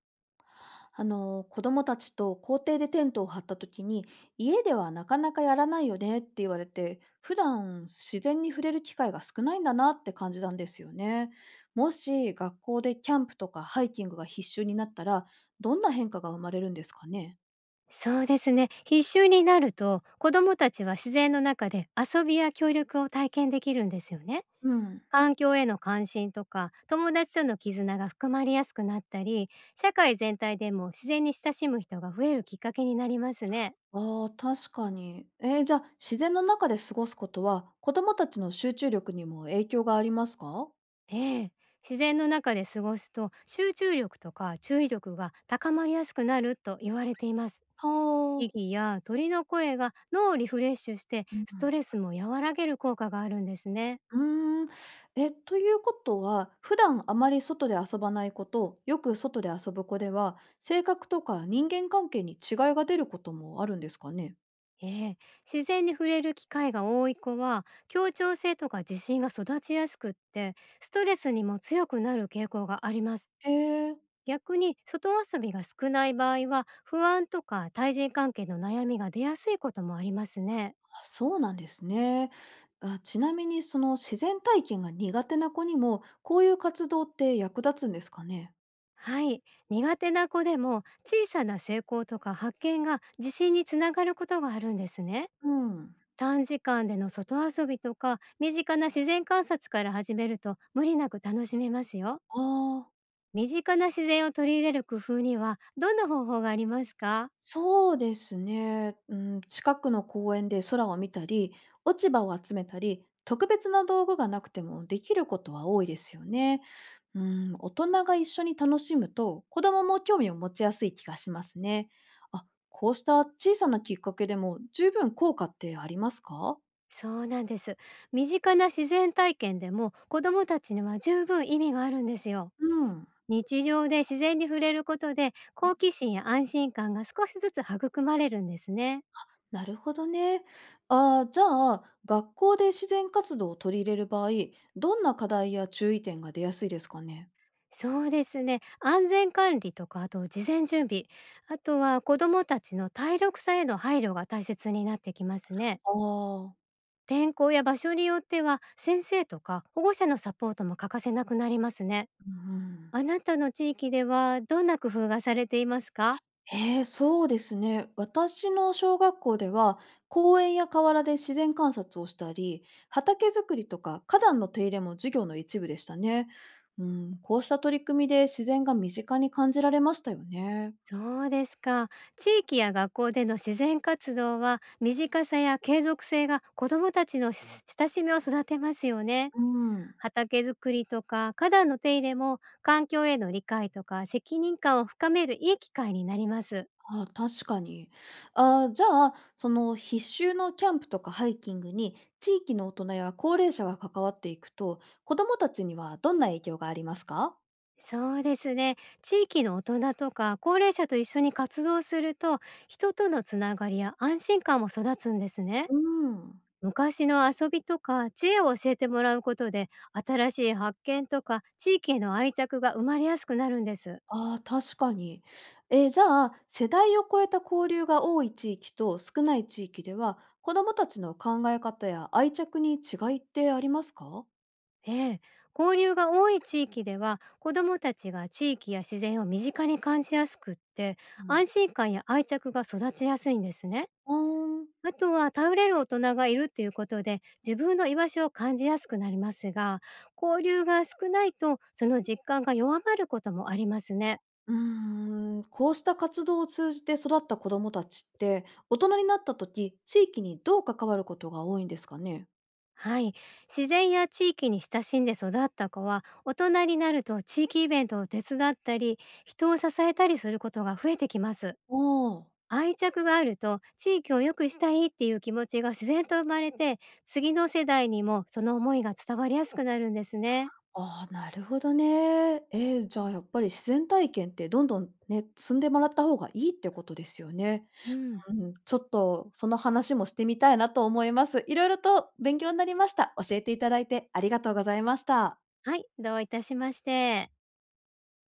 あの子供たちと校庭でテントを張った時に、家ではなかなかやらないよねって言われて、普段自然に触れる機会が少ないんだなって感じたんですよね。もし学校でキャンプとかハイキングが必修になったら、どんな変化が生まれるんですかね。そうですね。必修になると、子どもたちは自然の中で遊びや協力を体験できるんですよね。うん。環境への関心とか、友達との絆が深まりやすくなったり、社会全体でも自然に親しむ人が増えるきっかけになりますね。あー確かに。じゃあ自然の中で過ごすことは子供たちの集中力にも影響がありますか。ええ。自然の中で過ごすと、集中力とか注意力が高まりやすくなると言われています。意はあ。義や鳥の声が脳をリフレッシュして、うん。ストレスも和らげる効果があるんですね。うーん。え、ということは、普段あまり外で遊ばない子と、よく外で遊ぶ子では、性格とか人間関係に違いが出ることもあるんですかね？ええ、自然に触れる機会が多い子は協調性とか自信が育ちやすくって、ストレスにも強くなる傾向があります。へえ、あ、逆に外遊びが少ない場合は不安とか対人関係の悩みが出やすいこともありますね。そうなんですね。あ、ちなみにその自然体験が苦手な子にも、こういう活動って役立つんですかね？はい、苦手な子でも小さな成功とか発見が自信につながることがあるんですね。うん。短時間での外遊びとか身近な自然観察から始めると無理なく楽しめますよ。ああ。身近な自然を取り入れる工夫にはどんな方法がありますか？そうですね。うん、近くの公園で空を見たり、落ち葉を集めたり、特別な道具がなくてもできることは多いですよね。うん、大人が一緒に楽しむと、子供も興味を持ちやすい気がしますね。あ、こうした小さなきっかけでも十分効果ってありますか。そうなんです。身近な自然体験でも子どもたちには十分意味があるんですよ。うん。日常で自然に触れることで好奇心や安心感が少しずつ育まれるんですね。なるほどね。あーじゃあ、学校で自然活動を取り入れる場合、どんな課題や注意点が出やすいですかね。そうですね、安全管理とか、あと事前準備、あとは子どもたちの体力差への配慮が大切になってきますね。ああー。天候や場所によっては先生とか保護者のサポートも欠かせなくなりますね。うんうん。あなたの地域ではどんな工夫がされていますか？ええ、そうですね。私の小学校では、公園や河原で自然観察をしたり、畑作りとか花壇の手入れも授業の一部でしたね。うん、こうした取り組みで自然が身近に感じられましたよね。そうですか。地域や学校での自然活動は、身近さや継続性が子どもたちの親しみを育てますよね。うん。畑作りとか花壇の手入れも、環境への理解とか責任感を深めるいい機会になります。あ、確かに。あ、じゃあ、その必修のキャンプとかハイキングに地域の大人や高齢者が関わっていくと、子どもたちにはどんな影響がありますか？そうですね。地域の大人とか高齢者と一緒に活動すると、人とのつながりや安心感も育つんですね。うん。昔の遊びとか知恵を教えてもらうことで新しい発見とか地域への愛着が生まれやすくなるんです。ああ、確かに。え、じゃあ、世代を超えた交流が多い地域と少ない地域では、子どもたちの考え方や愛着に違いってありますか？ええ、交流が多い地域では子どもたちが地域や自然を身近に感じやすくって、うん、安心感や愛着が育ちやすいんですね。うーん、あとは頼れる大人がいるっていうことで自分の居場所を感じやすくなりますが、交流が少ないとその実感が弱まることもありますね。うーん、こうした活動を通じて育った子どもたちって、大人になった時、地域にどう関わることが多いんですかね？はい。自然や地域に親しんで育った子は、大人になると地域イベントを手伝ったり、人を支えたりすることが増えてきます。ああ。愛着があると、地域を良くしたいっていう気持ちが自然と生まれて、次の世代にもその思いが伝わりやすくなるんですね。あーなるほどね。えーじゃあやっぱり自然体験ってどんどんね、積んでもらった方がいいってことですよね。うん。うん、ちょっとその話もしてみたいなと思います。いろいろと勉強になりました。教えていただいてありがとうございました。はい、どういたしまして。